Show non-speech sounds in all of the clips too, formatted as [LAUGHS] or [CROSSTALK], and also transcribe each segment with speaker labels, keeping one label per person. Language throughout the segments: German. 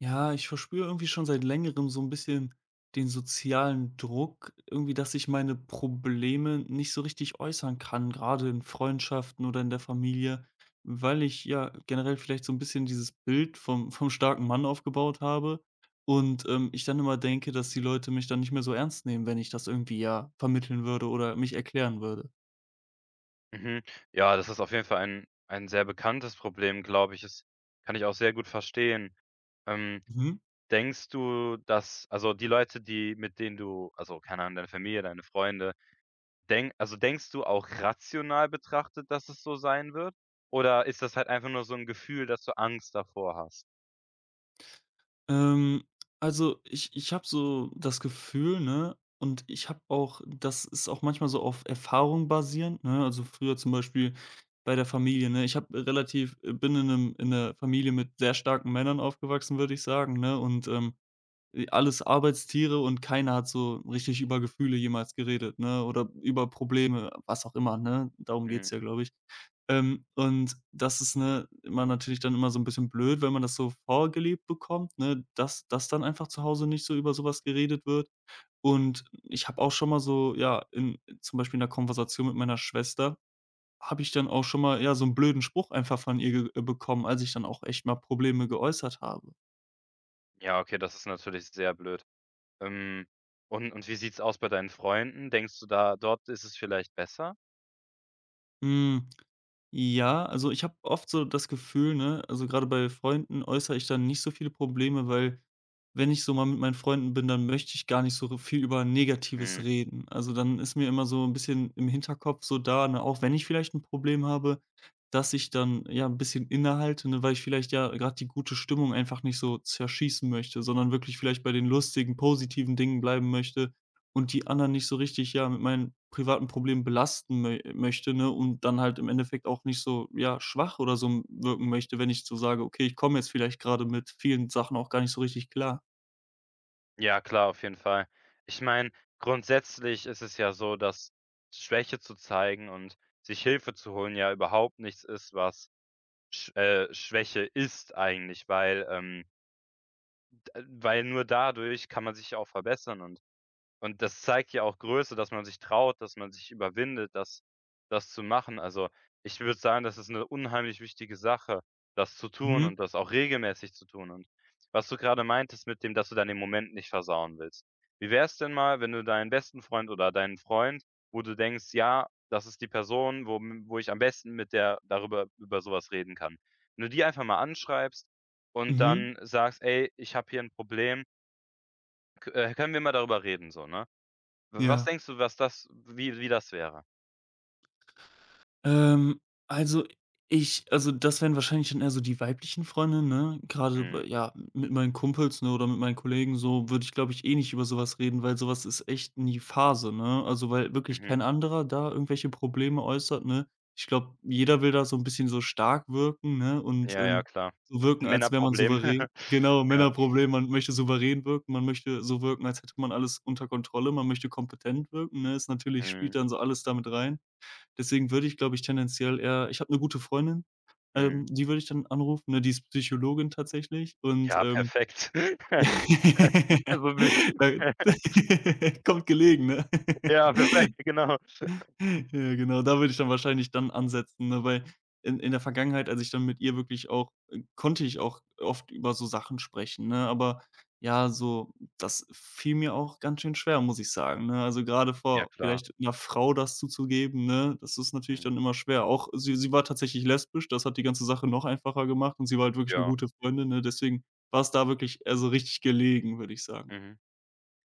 Speaker 1: Ja, ich verspüre irgendwie schon seit Längerem so ein bisschen den sozialen Druck irgendwie, dass ich meine Probleme nicht so richtig äußern kann, gerade in Freundschaften oder in der Familie, weil ich ja generell vielleicht so ein bisschen dieses Bild vom starken Mann aufgebaut habe und ich dann immer denke, dass die Leute mich dann nicht mehr so ernst nehmen, wenn ich das irgendwie, ja, vermitteln würde oder mich erklären würde.
Speaker 2: Mhm. Ja, das ist auf jeden Fall ein sehr bekanntes Problem, glaube ich. Das kann ich auch sehr gut verstehen. Ähm,
Speaker 1: Mhm.
Speaker 2: denkst du, dass die Leute, die mit denen du also, keine Ahnung, deine Familie, deine Freunde, denkst du auch rational betrachtet, dass es so sein wird? Oder ist das halt einfach nur so ein Gefühl, dass du Angst davor hast?
Speaker 1: Ähm, also ich habe so das Gefühl, ne, und ich habe auch das ist auch manchmal so auf Erfahrung basierend, ne? Also früher zum Beispiel bei der Familie, ne? Ich habe relativ bin in einem in 'ner Familie mit sehr starken Männern aufgewachsen, würde ich sagen, ne? Und alles Arbeitstiere und keiner hat so richtig über Gefühle jemals geredet, ne, oder über Probleme, was auch immer, ne? Darum geht's ja,
Speaker 2: Mhm.
Speaker 1: glaube ich. Und das ist, ne, immer natürlich dann immer so ein bisschen blöd, wenn man das so vorgelebt bekommt, ne, dass dann einfach zu Hause nicht so über sowas geredet wird. Und ich habe auch schon mal so, ja, in zum Beispiel in 'ner Konversation mit meiner Schwester habe ich dann auch schon mal, ja, so einen blöden Spruch einfach von ihr ge bekommen, als ich dann auch echt mal Probleme geäußert habe.
Speaker 2: Ja, okay, das ist natürlich sehr blöd. Ähm, und wie sieht's aus bei deinen Freunden? Denkst du da dort ist es vielleicht besser?
Speaker 1: Mhm. Ja, also ich habe oft so das Gefühl, ne, also gerade bei Freunden äußere ich dann nicht so viele Probleme, weil wenn ich so mal mit meinen Freunden bin, dann möchte ich gar nicht so viel über Negatives
Speaker 2: Mhm.
Speaker 1: reden. Also, dann ist mir immer so ein bisschen im Hinterkopf so da, ne, auch wenn ich vielleicht ein Problem habe, dass ich dann, ja, ein bisschen innehalte, ne, weil ich vielleicht ja gerade die gute Stimmung einfach nicht so zerschießen möchte, sondern wirklich vielleicht bei den lustigen, positiven Dingen bleiben möchte und die anderen nicht so richtig, ja, mit meinen privaten Problemen belasten möi möchte, ne, und dann halt im Endeffekt auch nicht so, ja, schwach oder so m wirken möchte, wenn ich so sage: „Okay, ich komme jetzt vielleicht gerade mit vielen Sachen auch gar nicht so richtig klar.“
Speaker 2: Ja, klar, auf jeden Fall. Ich meine, grundsätzlich ist es ja so, dass Schwäche zu zeigen und sich Hilfe zu holen ja überhaupt nichts ist, was Schwäche ist eigentlich, weil, d weil nur dadurch kann man sich ja auch verbessern und das zeigt ja auch Größe, dass man sich traut, dass man sich überwindet, das zu machen. Also, ich würde sagen, das ist eine unheimlich wichtige Sache, das zu tun
Speaker 1: Mhm,
Speaker 2: und das auch regelmäßig zu tun. Und was du gerade meintest mit dem, dass du dann den Moment nicht versauen willst. Wie wär's denn mal, wenn du deinen besten Freund oder deinen Freund, wo du denkst: „Ja, das ist die Person, wo wo ich am besten mit der darüber über sowas reden kann.“ Wenn du die einfach mal anschreibst und
Speaker 1: mhm,
Speaker 2: dann sagst: „Ey, ich habe hier ein Problem, k können wir mal darüber reden“, so, ne? Was
Speaker 1: ja.
Speaker 2: denkst du, was das wie wie das wäre?
Speaker 1: Ähm, also also das wären wahrscheinlich dann eher so die weiblichen Freunde, ne? Gerade
Speaker 2: Mhm,
Speaker 1: b ja, mit meinen Kumpels, ne, oder mit meinen Kollegen so würde ich, glaube ich, eh nicht über sowas reden, weil sowas ist echt nie Phase, ne? Also, weil wirklich
Speaker 2: mhm.
Speaker 1: kein anderer da irgendwelche Probleme äußert, ne? Ich glaube, jeder will da so ein bisschen so stark wirken, ne, und,
Speaker 2: Ja, ja,
Speaker 1: ähm,
Speaker 2: klar.
Speaker 1: so wirken, als wäre man
Speaker 2: Männerproblem.
Speaker 1: souverän.
Speaker 2: [LAUGHS]
Speaker 1: Genau,
Speaker 2: Ja.
Speaker 1: Männerproblem, man möchte souverän wirken, man möchte so wirken, als hätte man alles unter Kontrolle, man möchte kompetent wirken, ne? Ist natürlich
Speaker 2: Mhm,
Speaker 1: spielt dann so alles damit rein. Deswegen würde ich, glaube ich, tendenziell eher ich habe eine gute Freundin,
Speaker 2: mhm.
Speaker 1: die würde ich dann anrufen, ne? Die ist Psychologin tatsächlich und,
Speaker 2: Ja,
Speaker 1: ähm
Speaker 2: perfekt.
Speaker 1: [LAUGHS] ja,
Speaker 2: [LAUGHS] Also, wi
Speaker 1: da
Speaker 2: [LAUGHS]
Speaker 1: [LAUGHS] kommt gelegen, ne?
Speaker 2: ja, perfekt,
Speaker 1: [LAUGHS]
Speaker 2: genau.
Speaker 1: Ja, genau, da würde ich dann wahrscheinlich dann ansetzen, ne, weil in der Vergangenheit, als ich dann mit ihr wirklich auch konnte ich auch oft über so Sachen sprechen, ne? Aber ja, so das fiel mir auch ganz schön schwer, muss ich sagen, ne? Also, gerade
Speaker 2: Ja,
Speaker 1: vor
Speaker 2: klar.
Speaker 1: vielleicht einer Frau das zuzugeben, ne, das ist natürlich
Speaker 2: Mhm.
Speaker 1: dann immer schwer. Auch sie war tatsächlich lesbisch, das hat die ganze Sache noch einfacher gemacht und sie war halt wirklich eine
Speaker 2: Ja.
Speaker 1: gute Freundin, ne? Deswegen war es da wirklich also, richtig gelegen, würde ich sagen.
Speaker 2: Mhm.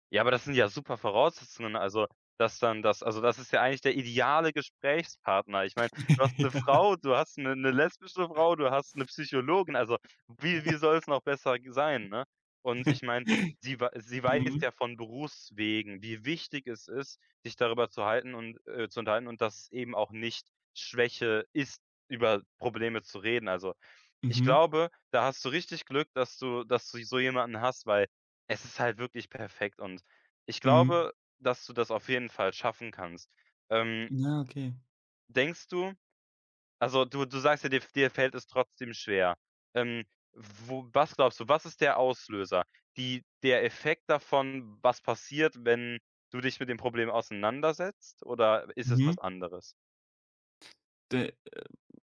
Speaker 2: Ja, aber das sind ja super Voraussetzungen, also, dass dann das also, das ist ja eigentlich der ideale Gesprächspartner. Ich meine, du hast 'ne
Speaker 1: [LAUGHS]
Speaker 2: Frau, du hast 'ne lesbische Frau, du hast 'ne Psychologin, also, wie soll's noch besser g sein, ne? Und
Speaker 1: Ja.
Speaker 2: ich meine,
Speaker 1: [LAUGHS]
Speaker 2: sie weiß
Speaker 1: Mhm.
Speaker 2: ja von Berufswegen, wie wichtig es ist, sich darüber zu halten und zu unterhalten und dass es eben auch nicht Schwäche ist, über Probleme zu reden. Also, ich
Speaker 1: Mhm.
Speaker 2: glaube, da hast du richtig Glück, dass du so jemanden hast, weil es ist halt wirklich perfekt und ich
Speaker 1: Mhm.
Speaker 2: glaube, dass du das auf jeden Fall schaffen kannst. Ähm,
Speaker 1: Ja, okay.
Speaker 2: denkst du also, du sagst ja, dir fällt es trotzdem schwer. Ähm, wo was glaubst du, was ist der Auslöser? Die Der Effekt davon, was passiert, wenn du dich mit dem Problem auseinandersetzt oder ist es
Speaker 1: Mhm.
Speaker 2: was anderes?
Speaker 1: De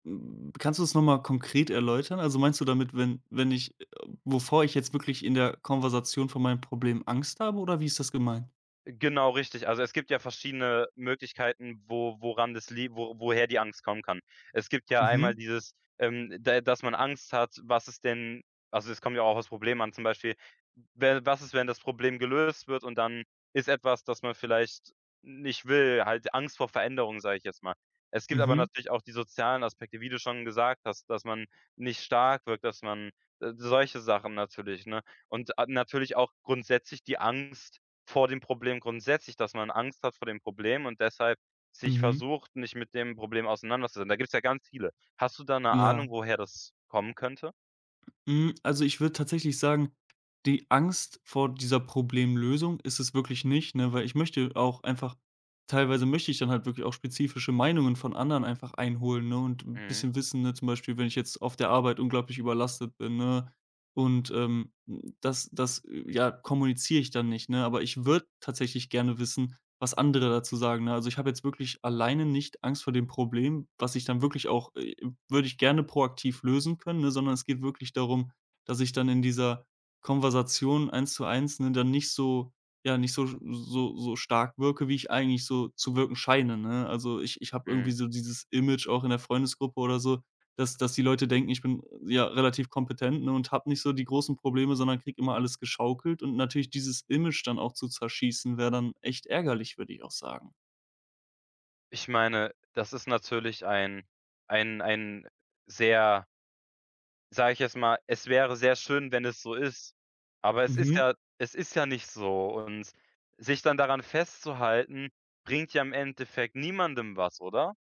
Speaker 1: kannst du das noch mal konkret erläutern? Also, meinst du damit, wenn wenn ich wovor ich jetzt wirklich in der Konversation von meinem Problem Angst habe, oder wie ist das gemeint?
Speaker 2: Genau, richtig. Also, es gibt ja verschiedene Möglichkeiten, wo woran das lie wo woher die Angst kommen kann. Es gibt ja einmal
Speaker 1: Mhm,
Speaker 2: dieses, da dass man Angst hat, was ist denn also, es kommt ja auch aufs Problem an, zum Beispiel, we was ist, wenn das Problem gelöst wird und dann ist etwas, das man vielleicht nicht will, halt Angst vor Veränderung, sage ich jetzt mal. Es gibt aber
Speaker 1: mhm,
Speaker 2: natürlich auch die sozialen Aspekte, wie du schon gesagt hast, dass man nicht stark wirkt, dass man solche Sachen natürlich, ne? Und, natürlich auch grundsätzlich die Angst, vor dem Problem grundsätzlich, dass man Angst hat vor dem Problem und deshalb sich
Speaker 1: mhm.
Speaker 2: versucht, nicht mit dem Problem auseinanderzusetzen. Da gibt's ja ganz viele. Hast du da 'ne
Speaker 1: Ja.
Speaker 2: Ahnung, woher das kommen könnte?
Speaker 1: Hm, also, ich würde tatsächlich sagen, die Angst vor dieser Problemlösung ist es wirklich nicht, ne, weil ich möchte auch einfach teilweise möchte ich dann halt wirklich auch spezifische Meinungen von anderen einfach einholen, ne, und ein
Speaker 2: Mhm,
Speaker 1: bisschen wissen, ne, zum Beispiel, wenn ich jetzt auf der Arbeit unglaublich überlastet bin, ne, und das ja, kommuniziere ich dann nicht, ne? Aber ich würde tatsächlich gerne wissen, was andere dazu sagen, ne? Also, ich habe jetzt wirklich alleine nicht Angst vor dem Problem, was ich dann wirklich auch würde ich gerne proaktiv lösen können, ne, sondern es geht wirklich darum, dass ich dann in dieser Konversation eins zu eins, ne, dann nicht so ja, nicht so stark wirke, wie ich eigentlich so zu wirken scheine, ne? Also, ich habe irgendwie
Speaker 2: mhm.
Speaker 1: so dieses Image auch in der Freundesgruppe oder so, dass die Leute denken, ich bin, ja, relativ kompetent, ne, und habe nicht so die großen Probleme, sondern kriege immer alles geschaukelt und natürlich dieses Image dann auch zu zerschießen, wäre dann echt ärgerlich, würde ich auch sagen.
Speaker 2: Ich meine, das ist natürlich ein sehr sage ich jetzt mal, es wäre sehr schön, wenn es so ist, aber
Speaker 1: Mhm.
Speaker 2: es ist ja nicht so und sich dann daran festzuhalten, bringt ja im Endeffekt niemandem was, oder?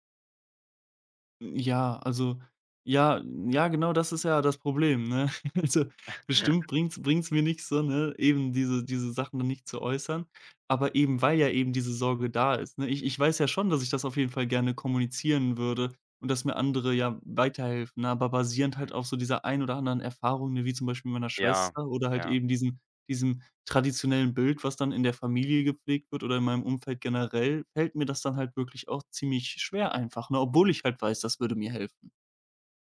Speaker 1: Ja, also ja, ja, genau das ist ja das Problem, ne? [LAUGHS] Also, bestimmt bringt's mir nix so, ne, eben diese Sachen dann nicht zu äußern, aber eben, weil ja eben diese Sorge da ist, ne? Ich weiß ja schon, dass ich das auf jeden Fall gerne kommunizieren würde und dass mir andere ja weiterhelfen, ne? Aber basierend halt
Speaker 2: Mhm.
Speaker 1: auf so dieser ein oder anderen Erfahrung, ne, wie zum Beispiel meiner
Speaker 2: Ja,
Speaker 1: Schwester oder halt
Speaker 2: ja.
Speaker 1: eben diesen diesem traditionellen Bild, was dann in der Familie gepflegt wird oder in meinem Umfeld generell, fällt mir das dann halt wirklich auch ziemlich schwer einfach, ne, obwohl ich halt weiß, das würde mir helfen.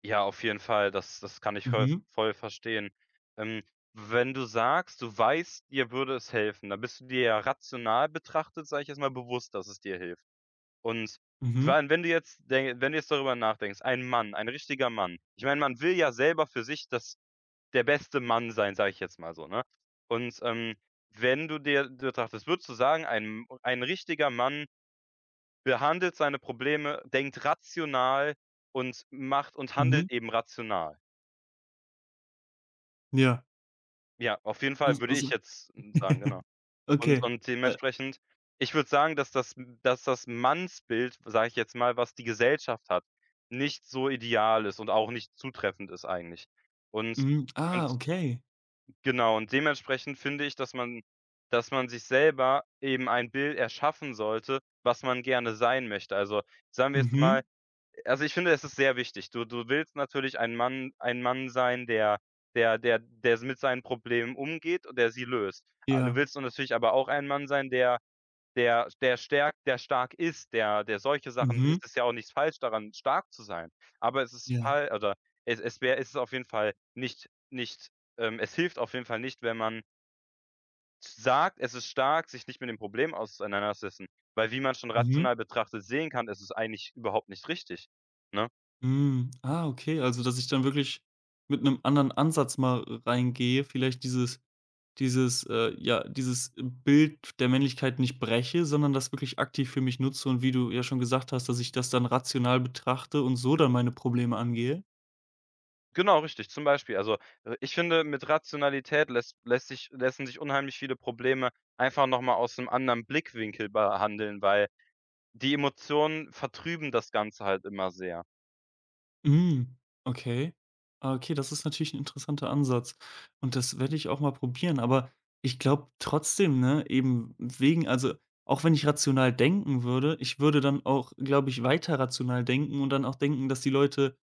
Speaker 2: Ja, auf jeden Fall, das kann ich voll
Speaker 1: Mhm,
Speaker 2: voll verstehen. Ähm, wenn du sagst, du weißt, dir würde es helfen, dann bist du dir ja rational betrachtet, sage ich jetzt mal, bewusst, dass es dir hilft. Und
Speaker 1: mhm,
Speaker 2: wann wenn du jetzt darüber nachdenkst, ein Mann, ein richtiger Mann. Ich meine, man will ja selber für sich das der beste Mann sein, sage ich jetzt mal so, ne? Und, wenn du dir betrachtest, würdest du sagen, ein richtiger Mann behandelt seine Probleme, denkt rational und macht und
Speaker 1: mhm.
Speaker 2: handelt eben rational?
Speaker 1: Ja.
Speaker 2: Ja, auf jeden
Speaker 1: Das
Speaker 2: Fall würde
Speaker 1: also
Speaker 2: ich jetzt sagen, genau.
Speaker 1: [LAUGHS] Okay.
Speaker 2: Und
Speaker 1: Äh,
Speaker 2: dementsprechend ich würde sagen, dass das Mannsbild, sage ich jetzt mal, was die Gesellschaft hat, nicht so ideal ist und auch nicht zutreffend ist eigentlich. Und
Speaker 1: mhm.
Speaker 2: und
Speaker 1: Ah, okay.
Speaker 2: genau, und dementsprechend finde ich, dass man sich selber eben ein Bild erschaffen sollte, was man gerne sein möchte. Also, sagen wir jetzt mal
Speaker 1: Mhm.
Speaker 2: also, ich finde, es ist sehr wichtig. Du willst natürlich ein Mann sein, der der mit seinen Problemen umgeht und der sie löst. A du
Speaker 1: Ja.
Speaker 2: willst natürlich aber auch ein Mann sein, der der stärkt, der stark ist, der solche Sachen
Speaker 1: Mhm.
Speaker 2: Ist es ja auch nichts falsch daran, stark zu sein. Aber es ist
Speaker 1: Ja.
Speaker 2: fal oder es wäre es ist auf jeden Fall nicht es hilft auf jeden Fall nicht, wenn man sagt, es ist stark, sich nicht mit dem Problem auseinandersetzen, weil wie man schon
Speaker 1: Mhm.
Speaker 2: rational betrachtet sehen kann, ist es eigentlich überhaupt nicht richtig, ne?
Speaker 1: Hm. Ah, okay. Also, dass ich dann wirklich mit einem anderen Ansatz mal reingehe, vielleicht dieses dieses ja, dieses Bild der Männlichkeit nicht breche, sondern das wirklich aktiv für mich nutze und wie du ja schon gesagt hast, dass ich das dann rational betrachte und so dann meine Probleme angehe.
Speaker 2: Genau, richtig, zum Beispiel. Also, ich finde, mit Rationalität lässt sich lassen sich unheimlich viele Probleme einfach noch mal aus einem anderen Blickwinkel behandeln, weil die Emotionen vertrüben das Ganze halt immer sehr.
Speaker 1: Mhm, okay. Ah, okay, das ist natürlich ein interessanter Ansatz und das werde ich auch mal probieren, aber ich glaube trotzdem, ne, eben wegen also, auch wenn ich rational denken würde, ich würde dann auch, glaube ich, weiter rational denken und dann auch denken, dass die Leute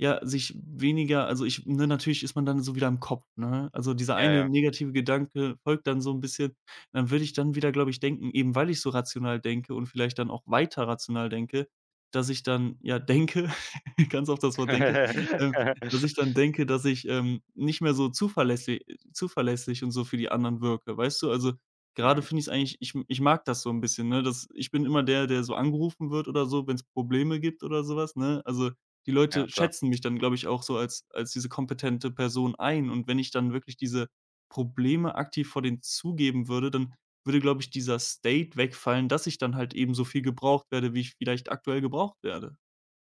Speaker 1: ja, sich weniger also ich ne, natürlich ist man dann so wieder im Kopf, ne? Also, dieser
Speaker 2: Ja,
Speaker 1: eine
Speaker 2: ja.
Speaker 1: negative Gedanke folgt dann so ein bisschen. Dann würde ich dann wieder, glaube ich, denken, eben weil ich so rational denke und vielleicht dann auch weiter rational denke, dass ich dann, ja, denke [LAUGHS] ganz oft das Wort denke, ähm, dass ich
Speaker 2: [LAUGHS]
Speaker 1: dann denke, dass ich, nicht mehr so zuverlässig und so für die anderen wirke, weißt du? Also, gerade
Speaker 2: Mhm.
Speaker 1: finde ich's eigentlich ich mag das so ein bisschen, ne? Das ich bin immer der, der so angerufen wird oder so, wenn es Probleme gibt oder sowas ne? Also die
Speaker 2: Ja,
Speaker 1: Leute
Speaker 2: klar.
Speaker 1: schätzen mich dann, glaube ich, auch so als diese kompetente Person ein. Und wenn ich dann wirklich diese Probleme aktiv vor denen zugeben würde, dann würde, glaube ich, dieser State wegfallen, dass ich dann halt eben so viel gebraucht werde, wie ich vielleicht aktuell gebraucht werde.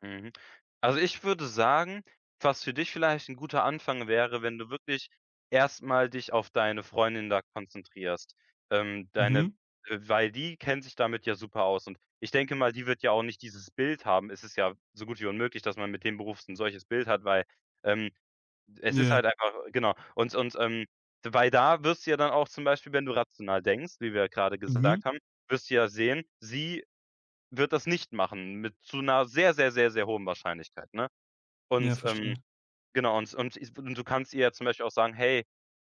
Speaker 2: Mhm. Also, ich würde sagen, was für dich vielleicht ein guter Anfang wäre, wenn du wirklich erstmal dich auf deine Freundin da konzentrierst. Deine
Speaker 1: Mhm.
Speaker 2: weil die kennt sich damit ja super aus und ich denke mal, die wird ja auch nicht dieses Bild haben. Es ist ja so gut wie unmöglich, dass man mit dem Beruf ein solches Bild hat, weil, ähm, es ist
Speaker 1: Ja.
Speaker 2: halt einfach genau. Und weil da wirst du ja dann auch zum Beispiel, wenn du rational denkst, wie wir gerade
Speaker 1: Mhm.
Speaker 2: gesagt haben, wirst du ja sehen, sie wird das nicht machen mit zu 'ner sehr, sehr, sehr, sehr hohen Wahrscheinlichkeit, ne?
Speaker 1: Ja,
Speaker 2: Und,
Speaker 1: verstehe.
Speaker 2: genau, und du kannst ihr ja zum Beispiel auch sagen: „Hey“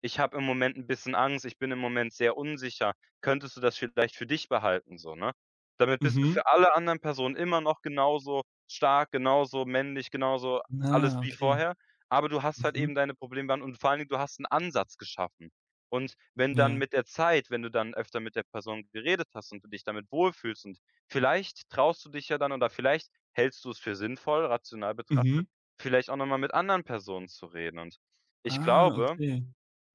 Speaker 2: ich habe im Moment 'n bisschen Angst, ich bin im Moment sehr unsicher. Könntest du das vielleicht für dich behalten so, ne? Damit bist du
Speaker 1: Mhm.
Speaker 2: für alle anderen Personen immer noch genauso stark, genauso männlich, genauso alles
Speaker 1: Ah,
Speaker 2: wie
Speaker 1: okay.
Speaker 2: vorher, aber du hast halt eben
Speaker 1: Mhm.
Speaker 2: deine Probleme behandelt und vor allen Dingen, du hast 'n Ansatz geschaffen. Und wenn dann
Speaker 1: Ja.
Speaker 2: mit der Zeit wenn du dann öfter mit der Person geredet hast und du dich damit wohlfühlst und vielleicht traust du dich ja dann oder vielleicht hältst du es für sinnvoll, rational
Speaker 1: Mhm.
Speaker 2: betrachtet, vielleicht auch noch mal mit anderen Personen zu reden. Und ich
Speaker 1: Ah,
Speaker 2: glaube
Speaker 1: okay.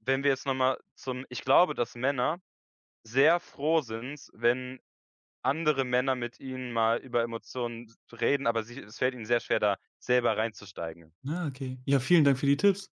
Speaker 2: wenn wir jetzt nochmal zum ich glaube, dass Männer sehr froh sind, wenn andere Männer mit ihnen mal über Emotionen reden, aber sie es fällt ihnen sehr schwer, da selber reinzusteigen.
Speaker 1: Ah, okay. Ja, vielen Dank für die Tipps.